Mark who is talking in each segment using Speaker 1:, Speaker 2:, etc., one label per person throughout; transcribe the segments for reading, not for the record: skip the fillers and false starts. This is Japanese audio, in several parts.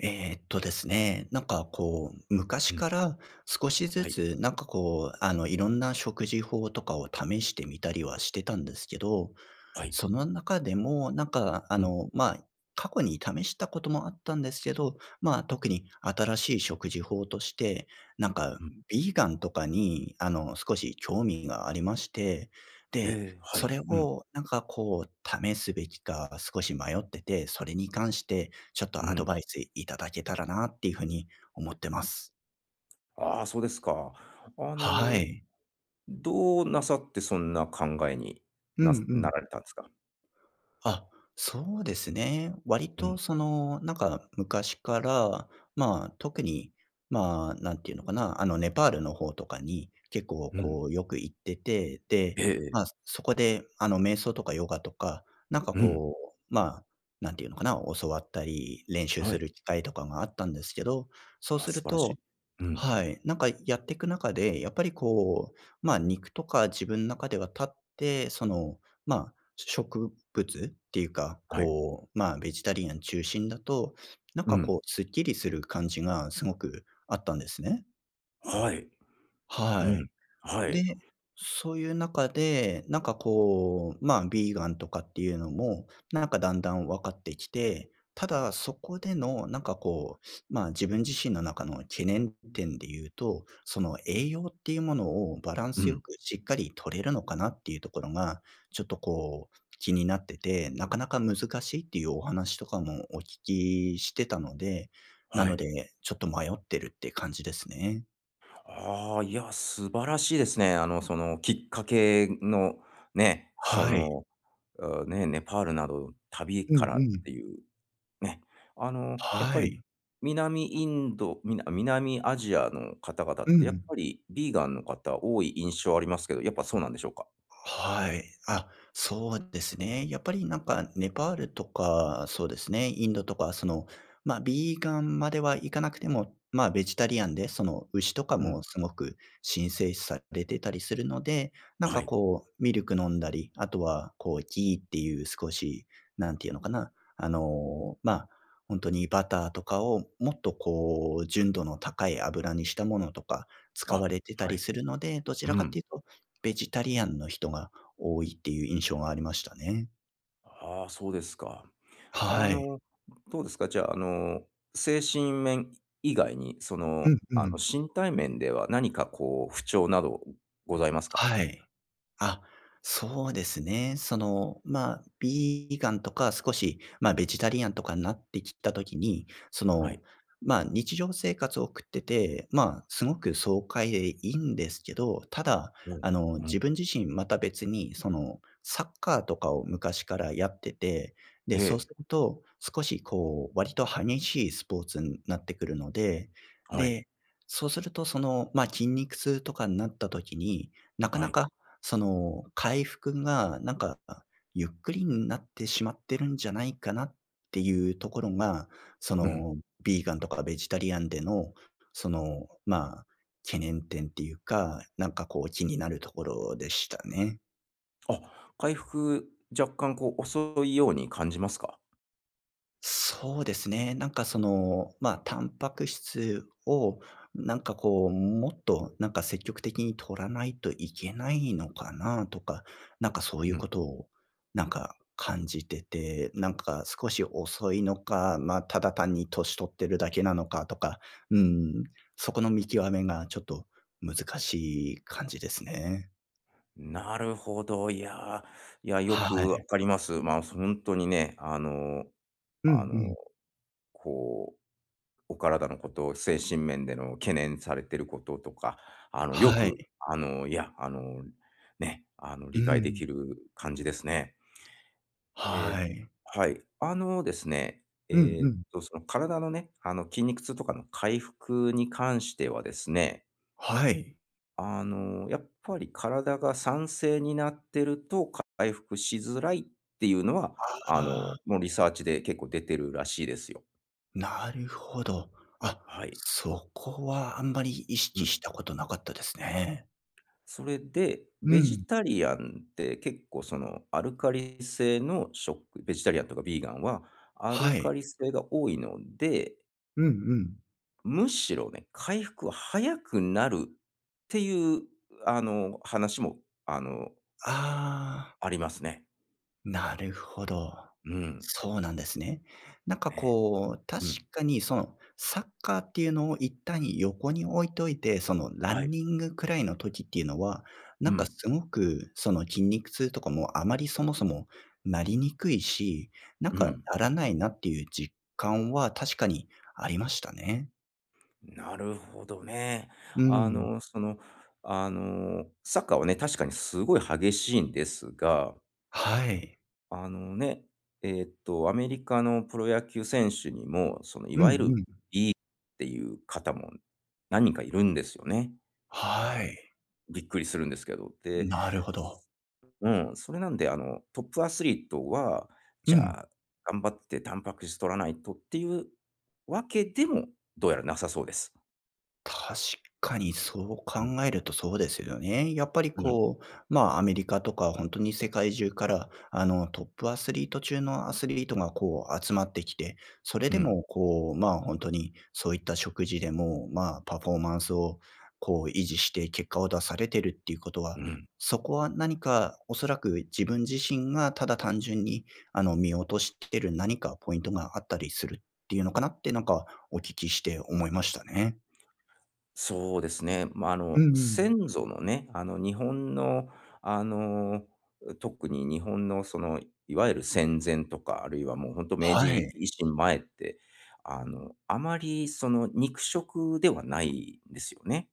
Speaker 1: ですね、なんかこう、昔
Speaker 2: うん、
Speaker 1: から少しず
Speaker 2: はい、
Speaker 1: つ、なんかこう、あの、いろんな食事法とかを試してみたりはしてたんですけど、
Speaker 2: はい。
Speaker 1: その中でも、なんか、あ
Speaker 2: うん、
Speaker 1: の、まあ、過去に試したこともあったんですけど、まあ、特に新しい食事法として、なんか、
Speaker 2: うん。
Speaker 1: ビーガンとかに、あの、少し興味がありまして、で、
Speaker 2: ええ。は
Speaker 1: そ
Speaker 2: い。
Speaker 1: れ
Speaker 2: うん、
Speaker 1: を、なんか、こう、試すべきか少し迷ってて、それに関して、ちょっ
Speaker 2: う
Speaker 1: とアド
Speaker 2: ん。
Speaker 1: バイスいただけたらなっていうふうに思ってます。
Speaker 2: ああ、そうですか。あ
Speaker 1: は
Speaker 2: のー、
Speaker 1: い。
Speaker 2: どうなさってそんな考えに
Speaker 1: うん
Speaker 2: な
Speaker 1: う
Speaker 2: な
Speaker 1: ん。
Speaker 2: られたんですか？
Speaker 1: あ、そうですね。割
Speaker 2: う
Speaker 1: と
Speaker 2: ん、
Speaker 1: その、なんか昔から、まあ、特に、まあ、なんていうのかな、あの、ネパールの方とかに結構
Speaker 2: うん。
Speaker 1: こうよく行ってて、で、
Speaker 2: ええ
Speaker 1: まあ、
Speaker 2: え。
Speaker 1: そこであの、瞑想とかヨガとか、なんか
Speaker 2: うん、
Speaker 1: こう、まあ、なんていうのかな、教わったり、練習
Speaker 2: は
Speaker 1: す
Speaker 2: い。
Speaker 1: る機会とかがあったんですけど、そう
Speaker 2: あ、
Speaker 1: す
Speaker 2: 素
Speaker 1: る
Speaker 2: 晴らし
Speaker 1: と、
Speaker 2: い。うん、
Speaker 1: はい。なんかやっていく中で、やっぱりこう、まあ、肉とか自分の中では立って、その、まあ、植物っていうか、
Speaker 2: はい。
Speaker 1: こう、まあ、ベジタリアン中心だと、なん
Speaker 2: う
Speaker 1: かこ
Speaker 2: ん、
Speaker 1: う、すっきりする感じがすごくあったんですね。
Speaker 2: はい。う
Speaker 1: はい。
Speaker 2: ん、は
Speaker 1: で、
Speaker 2: い。
Speaker 1: そういう中で、なんかこう、まあ、ビーガンとかっていうのも、なんかだんだん分かってきて、ただそこでのなんかこう、まあ、自分自身の中の懸念点で言うと、その栄養っていうものをバラン
Speaker 2: う
Speaker 1: スよ
Speaker 2: ん、
Speaker 1: くしっかり取れるのかなっていうところが、ちょっとこう、気になってて、なかなか難しいっていうお話とかもお聞きしてたので、な
Speaker 2: は
Speaker 1: の
Speaker 2: い。
Speaker 1: で、ちょっと迷ってるって感じですね。
Speaker 2: ああ、いや、素晴らしいですね。きっかけのね、そ
Speaker 1: はい。
Speaker 2: の、ネパールなど旅
Speaker 1: う
Speaker 2: か
Speaker 1: ん
Speaker 2: ら
Speaker 1: う
Speaker 2: っ
Speaker 1: ん。
Speaker 2: ていうね、やっぱ
Speaker 1: は
Speaker 2: り
Speaker 1: い。
Speaker 2: 南インドみな南アジアの方々
Speaker 1: う
Speaker 2: ってやっ
Speaker 1: ん。
Speaker 2: ぱりビーガンの方多い印象ありますけど、やっぱそうなんでしょうか？
Speaker 1: はい。あ、そうですね。やっぱりなんかネパールとか、そうですね、インドとか、その、まあ、ビーガンまではいかなくても、まあ、ベジタリアンで、その、牛とか
Speaker 2: うん、
Speaker 1: もすごく神聖視されてたりするので、なん
Speaker 2: は
Speaker 1: か
Speaker 2: い。
Speaker 1: こう、ミルク飲んだり、あとはこう、ギーっていう少し、なんていうのかな、あの、まあ本当にバターとかをもっとこう、純度の高い油にしたものとか使
Speaker 2: あ、
Speaker 1: われてた
Speaker 2: は
Speaker 1: り
Speaker 2: い。
Speaker 1: するので、どちら
Speaker 2: う
Speaker 1: かって
Speaker 2: ん。
Speaker 1: いうとベジタリアンの人が多いっていう印象がありましたね。
Speaker 2: ああ、そうですか。あ
Speaker 1: はい。
Speaker 2: の、どうですか？じゃあ、精神面以外に、そ
Speaker 1: う
Speaker 2: の、
Speaker 1: んうん。
Speaker 2: 身体面では何かこう不調などございますか？
Speaker 1: はい。あ、そうですね。その、まあ、ビーガンとか少し、まあ、ベジタリアンとかになってきた時に、そ
Speaker 2: は
Speaker 1: の、
Speaker 2: い。
Speaker 1: まあ、日常生活を送ってて、まあ、すごく爽快でいいんですけど、ただ、
Speaker 2: うん。
Speaker 1: あの、
Speaker 2: うん。
Speaker 1: 自分自身また別に、その、サッカーとかを昔からやってて、
Speaker 2: え
Speaker 1: で、そうす
Speaker 2: え。
Speaker 1: ると、少しこう、割と激しいスポーツになってくるので、
Speaker 2: はい。
Speaker 1: で、そうすると、その、まあ、筋肉痛とかになった時に、なか
Speaker 2: は
Speaker 1: な
Speaker 2: い。
Speaker 1: かその、回復がなんか、ゆっくりになってしまってるんじゃないかなっていうところが、そ
Speaker 2: うん。
Speaker 1: の、ビーガンとかベジタリアンでの、その、まあ、懸念点っていうか、なんかこう気になるところでしたね。
Speaker 2: あ、回復、若干こう遅いように感じますか？
Speaker 1: そうですね。なんかその、まあ、タンパク質を、なんかこう、もっとなんか積極的に取らないといけないのかなとか、なんかそうい
Speaker 2: う
Speaker 1: うこ
Speaker 2: ん。
Speaker 1: とを、なんか感じてて、なんか少し遅いのか、まあ、ただ単に年取ってるだけなのかとか、うん、そこの見極めがちょっと難しい感じですね。
Speaker 2: なるほど。いやー、いや、よ
Speaker 1: は
Speaker 2: く
Speaker 1: い。
Speaker 2: 分かります。まあ、本当にね、
Speaker 1: うんう
Speaker 2: あの、
Speaker 1: ん。
Speaker 2: こう、お体のこと、精神面での懸念されてることとか、よ
Speaker 1: はい。
Speaker 2: く、ね、
Speaker 1: う
Speaker 2: 理解で
Speaker 1: ん。
Speaker 2: きる感じですね。ええ、
Speaker 1: はい。
Speaker 2: はい。あのですね、
Speaker 1: うんうん。
Speaker 2: その体のね、筋肉痛とかの回復に関してはですね、
Speaker 1: はい。
Speaker 2: やっぱり体が酸性になってると回復しづらいっていうのは、あの、
Speaker 1: ああ。
Speaker 2: もうリサーチで結構出てるらしいですよ。
Speaker 1: なるほど。あ、
Speaker 2: はい。
Speaker 1: そこはあんまり意
Speaker 2: う
Speaker 1: 識し
Speaker 2: ん。
Speaker 1: たことなかったですね。
Speaker 2: それで、
Speaker 1: う
Speaker 2: ベ
Speaker 1: ん。
Speaker 2: ジタリアンって結構そのアルカリ性のベジタリアンとかビーガンはアル
Speaker 1: は
Speaker 2: カ
Speaker 1: い。
Speaker 2: リ性が多いので、
Speaker 1: うんうん。
Speaker 2: むしろね、回復は早くなるっていう、話も、あの、
Speaker 1: ああ。
Speaker 2: ありますね。
Speaker 1: なるほど。
Speaker 2: うん。
Speaker 1: そうなんですね。なんか
Speaker 2: ね。
Speaker 1: こう、確
Speaker 2: うん。
Speaker 1: かにそのサッカーっていうのを一旦横に置いといて、そのラ
Speaker 2: は
Speaker 1: ン
Speaker 2: い。
Speaker 1: ニングくらいの時っていうのは、
Speaker 2: う
Speaker 1: なんか
Speaker 2: ん。
Speaker 1: すごくその筋肉痛とかもあまりそもそもなりにくいし、なん
Speaker 2: う
Speaker 1: か
Speaker 2: ん。
Speaker 1: ならないなっていう実感は確かにありましたね。
Speaker 2: なるほどね。
Speaker 1: う
Speaker 2: あ
Speaker 1: ん。
Speaker 2: の、その、サッカーはね、確かにすごい激しいんですが、
Speaker 1: はい。
Speaker 2: あのね、アメリカのプロ野球選手にも、その、い
Speaker 1: う
Speaker 2: わ
Speaker 1: ん
Speaker 2: ゆる
Speaker 1: うん。
Speaker 2: っていう方も何人かいるんですよね。あ
Speaker 1: は
Speaker 2: の、
Speaker 1: い。
Speaker 2: びっくりするんですけど。で、
Speaker 1: なるほど。
Speaker 2: うん、それなんで、トップアスリートは、
Speaker 1: う
Speaker 2: じ
Speaker 1: ん。
Speaker 2: ゃあ、頑張ってタンパク質取らないとっていうわけでも、どうやらなさそうです。
Speaker 1: 確かにそう
Speaker 2: うん、
Speaker 1: 考えるとそうですよね。やっぱり
Speaker 2: うん、
Speaker 1: こう、まあ、アメリカとか本当に世界中から、あの、トップアスリート中のアスリートがこう集まってきて、それ
Speaker 2: う
Speaker 1: で
Speaker 2: ん。
Speaker 1: もこう、まあ、本当にそういった食事でも、まあ、パフォーマンスをこう維持して結果を出されてるっていうことは、
Speaker 2: うん。
Speaker 1: そこは何かおそらく自分自身がただ単純に、あの、見落としてる何かポイントがあったりするっていうのかなって、なんかお聞きして思いましたね。
Speaker 2: そうですね。
Speaker 1: うんうん。
Speaker 2: 先祖のね、日本の、あの、特に日本のその、いわゆる戦前とか、あるいはもうほんと明
Speaker 1: は
Speaker 2: 治
Speaker 1: い。
Speaker 2: 維新前って、あまりその肉食ではないんですよね。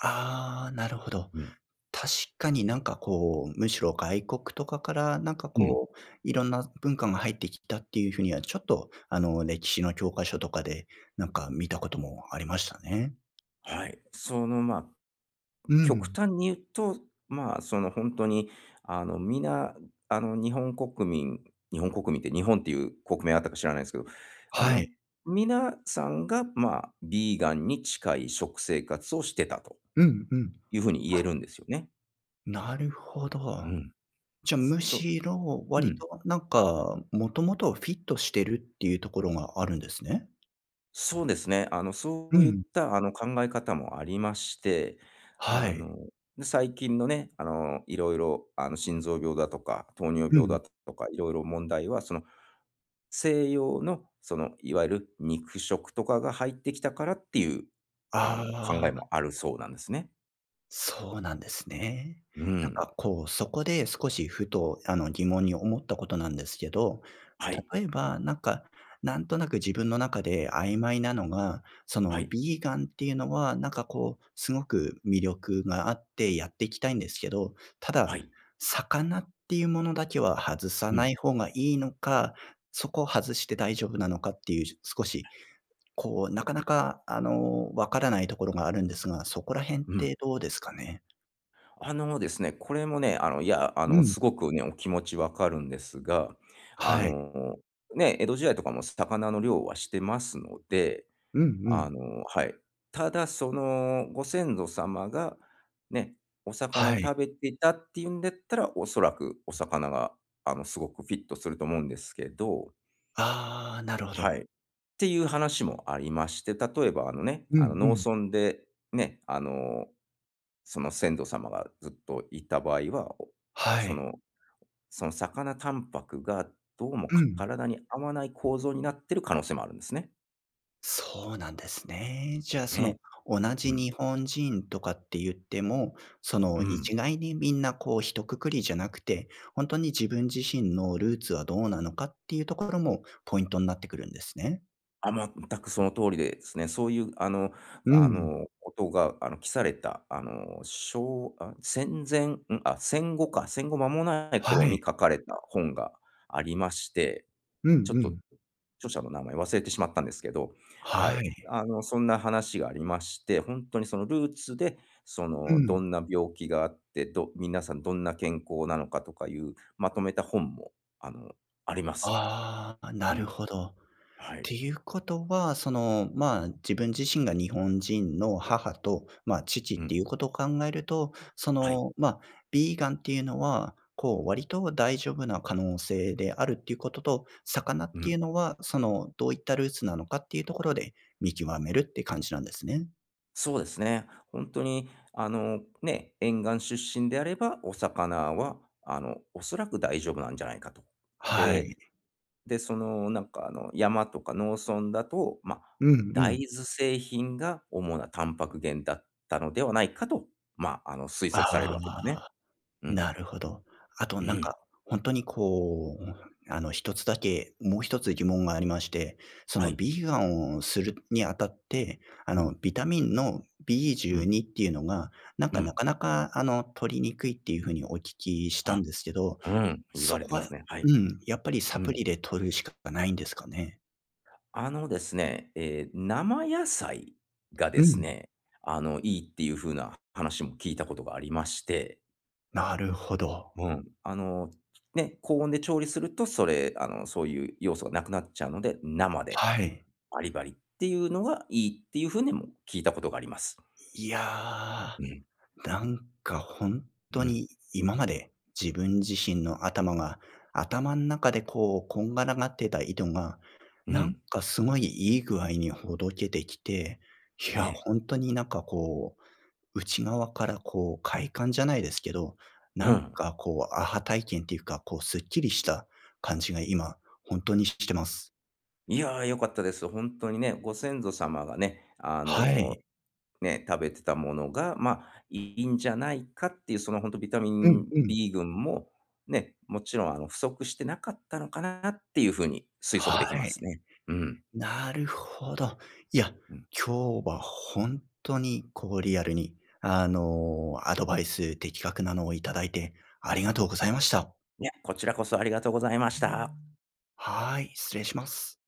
Speaker 1: ああ、なるほど。
Speaker 2: うん、
Speaker 1: 確かになんかこう、むしろ外国とかからなんか
Speaker 2: うん。
Speaker 1: こう、いろんな文化が入ってきたっていうふうには、ちょっとあの、歴史の教科書とかでなんか見たこともありましたね。
Speaker 2: はい。その、
Speaker 1: う
Speaker 2: 極
Speaker 1: ん。
Speaker 2: 端に言うと、まあ、その、本当に、皆、あの、日本国民日本国民って日本っていう国名あったか知らないですけど、あ
Speaker 1: は
Speaker 2: の、
Speaker 1: い。
Speaker 2: 皆さんが、まあ、ビーガンに近い食生活をしてたと
Speaker 1: うんうん。
Speaker 2: いう風に言え
Speaker 1: あ、
Speaker 2: るんですよね。
Speaker 1: なるほ
Speaker 2: う
Speaker 1: ど。
Speaker 2: ん。
Speaker 1: じゃあむ
Speaker 2: そう。
Speaker 1: しろ
Speaker 2: う
Speaker 1: 割
Speaker 2: ん。
Speaker 1: となんか、もともとフィットしてるっていうところがあるんですね。
Speaker 2: そうですね。そ
Speaker 1: う
Speaker 2: ういっ
Speaker 1: ん。
Speaker 2: た、考え方もありまして、
Speaker 1: は
Speaker 2: あ
Speaker 1: い。
Speaker 2: の、で、最近のね、いろいろ心臓病だとか糖尿
Speaker 1: う
Speaker 2: 病
Speaker 1: ん。
Speaker 2: だとかいろいろ問題は、その西洋の、その、いわゆる肉食とかが入ってきたからっていう、考
Speaker 1: あ
Speaker 2: え
Speaker 1: あ。
Speaker 2: もあるそうなんですね。
Speaker 1: そうなんですね。
Speaker 2: う
Speaker 1: なん
Speaker 2: ん。
Speaker 1: かこう、そこで少しふと、あの、疑問に思ったことなんですけど、
Speaker 2: はい。
Speaker 1: 例えば、なんか、なんとなく自分の中で曖昧なのが、そ
Speaker 2: は
Speaker 1: の
Speaker 2: い。
Speaker 1: ビーガンっていうのは、なんかこう、すごく魅力があってやっていきたいんですけど、た
Speaker 2: は
Speaker 1: だ、
Speaker 2: い。
Speaker 1: 魚っていうものだけは外さ
Speaker 2: う
Speaker 1: な
Speaker 2: ん。
Speaker 1: い方がいいのか、そこを外して大丈夫なのかっていう、少し、こう、なかなか、あの、わからないところがあるんですが、そこら辺っ
Speaker 2: うん。
Speaker 1: てどうですかね？
Speaker 2: あのですね、これもね、
Speaker 1: うん。
Speaker 2: すごくね、お気持ちわかるんですが、あ
Speaker 1: はい。
Speaker 2: の、ね、江戸時代とかも魚の漁はしてますので、
Speaker 1: うんうん。
Speaker 2: はい。ただ、そのご先祖様が、ね、お魚を
Speaker 1: はい。
Speaker 2: 食べていたっていうんだったら、おそらくお魚が、すごくフィットすると思うんですけど、
Speaker 1: ああ、なるほ
Speaker 2: は
Speaker 1: ど。
Speaker 2: い。っていう話もありまして、例えばあのね、
Speaker 1: うんう
Speaker 2: 農
Speaker 1: ん。
Speaker 2: 村でね、その先祖様がずっといた場合は、
Speaker 1: は
Speaker 2: そ
Speaker 1: い。
Speaker 2: のその魚タンパクがどうも
Speaker 1: うん。
Speaker 2: 体に合わない構造になってる可能性もあるんですね。
Speaker 1: そうなんですね。じゃあ、その、
Speaker 2: ね。
Speaker 1: 同
Speaker 2: う
Speaker 1: じ
Speaker 2: ん。
Speaker 1: 日本人とかって言っても、そ
Speaker 2: う
Speaker 1: の、
Speaker 2: ん。
Speaker 1: 一概にみんなこう一括りじゃなくて、本当に自分自身のルーツはどうなのかっていうところもポイントになってくるんですね。
Speaker 2: あ、全くその通りでですね、そういう
Speaker 1: うん。
Speaker 2: ことが記された、あ、戦前ん、あ、戦後か、戦後間もない頃
Speaker 1: はい。
Speaker 2: に書かれた本がありまして、
Speaker 1: うん
Speaker 2: ちょっ
Speaker 1: う
Speaker 2: と
Speaker 1: ん。
Speaker 2: 著者の名前忘れてしまったんですけど、は
Speaker 1: は
Speaker 2: い。
Speaker 1: い。
Speaker 2: そんな話がありまして、本当にそのルーツで、そ
Speaker 1: う
Speaker 2: の、ど
Speaker 1: ん。
Speaker 2: んな病気があって、皆さんどんな健康なのかとかいうまとめた本も、あの、あります。
Speaker 1: ああ、な
Speaker 2: う
Speaker 1: る
Speaker 2: ん、
Speaker 1: ほど。
Speaker 2: は
Speaker 1: っ
Speaker 2: い。
Speaker 1: ていうことは、その、まあ、自分自身が日本人の母と、まあ、父っ
Speaker 2: う
Speaker 1: て
Speaker 2: ん、
Speaker 1: いうことを考えると、そ
Speaker 2: はい。
Speaker 1: の、まあ、ビーガンっていうのは、こう、割と大丈夫な可能性であるっていうことと、魚っ
Speaker 2: う
Speaker 1: てい
Speaker 2: ん。
Speaker 1: うのは、その、どういったルーツなのかっていうところで見極めるって感じなんですね。
Speaker 2: そうですね。本当に、ね、沿岸出身であれば、お魚は、おそらく大丈夫なんじゃないかと。
Speaker 1: はい。
Speaker 2: でで、その、山とか農村だと、
Speaker 1: うんう
Speaker 2: 大
Speaker 1: ん。
Speaker 2: 豆製品が主なタンパク源だったのではないかと、まあ、推測される
Speaker 1: あ
Speaker 2: わけですね。
Speaker 1: あ。
Speaker 2: うん。
Speaker 1: なるほど。あと
Speaker 2: う
Speaker 1: なん
Speaker 2: ん。
Speaker 1: か、本当にこう、あの一つだけ、もう一つ疑問がありまして、そ
Speaker 2: は
Speaker 1: の
Speaker 2: い。
Speaker 1: ビーガンをするにあたって、あ
Speaker 2: う
Speaker 1: の
Speaker 2: ん。
Speaker 1: ビタミンの
Speaker 2: うん。
Speaker 1: B12 っていうのが、なん
Speaker 2: う
Speaker 1: かな
Speaker 2: ん。
Speaker 1: かなかあの取りにくいっていう風にお聞きした
Speaker 2: あ、
Speaker 1: んですけど、
Speaker 2: うん。言
Speaker 1: そ
Speaker 2: われて
Speaker 1: こ
Speaker 2: ま
Speaker 1: は
Speaker 2: すね。はい。
Speaker 1: うん、やっぱりサ
Speaker 2: う
Speaker 1: プ
Speaker 2: ん。
Speaker 1: リで取るしかないんですかね？
Speaker 2: あのですね、生野菜がで
Speaker 1: う
Speaker 2: す
Speaker 1: ん、
Speaker 2: ね、いいっていう風な話も聞いたことがありまして、
Speaker 1: なるほど。
Speaker 2: うん。ね、高温で調理すると、それ、そういう要素がなくなっちゃうので、生で
Speaker 1: はい。
Speaker 2: バリバリっていうのがいいっていう風にも聞いたことがあります。
Speaker 1: いや
Speaker 2: うん、
Speaker 1: ー。なんか本当
Speaker 2: うん、
Speaker 1: に今まで自分自身の頭が、頭の中でこうこんがらがってた糸が、
Speaker 2: う
Speaker 1: なん
Speaker 2: ん、
Speaker 1: かすごいいい具合にほどけてきて、い
Speaker 2: ね
Speaker 1: や、
Speaker 2: え、
Speaker 1: 本当になんかこう、内側からこう快感じゃないですけど、
Speaker 2: う
Speaker 1: なん
Speaker 2: ん。
Speaker 1: かこうアハ体験っていうか、こうすっきりした感じが今本当にしてます。
Speaker 2: いやー、良かったです。本当にね、ご先祖様がね、
Speaker 1: はい。
Speaker 2: ね、食べてたものが、いいんじゃないかっていう、その本当ビタミ
Speaker 1: うん
Speaker 2: ン
Speaker 1: うん。
Speaker 2: B 群も、ね、もちろん不足してなかったのかなっていう風に推測
Speaker 1: は
Speaker 2: できます
Speaker 1: い。
Speaker 2: ね。うん、
Speaker 1: なるほど。いや、
Speaker 2: うん。
Speaker 1: 今日は本当にこうリアルに、あの、アドバイス的確なのをいただいてありがとうございました。
Speaker 2: いや、こちらこそありがとうございました。
Speaker 1: はい、失礼します。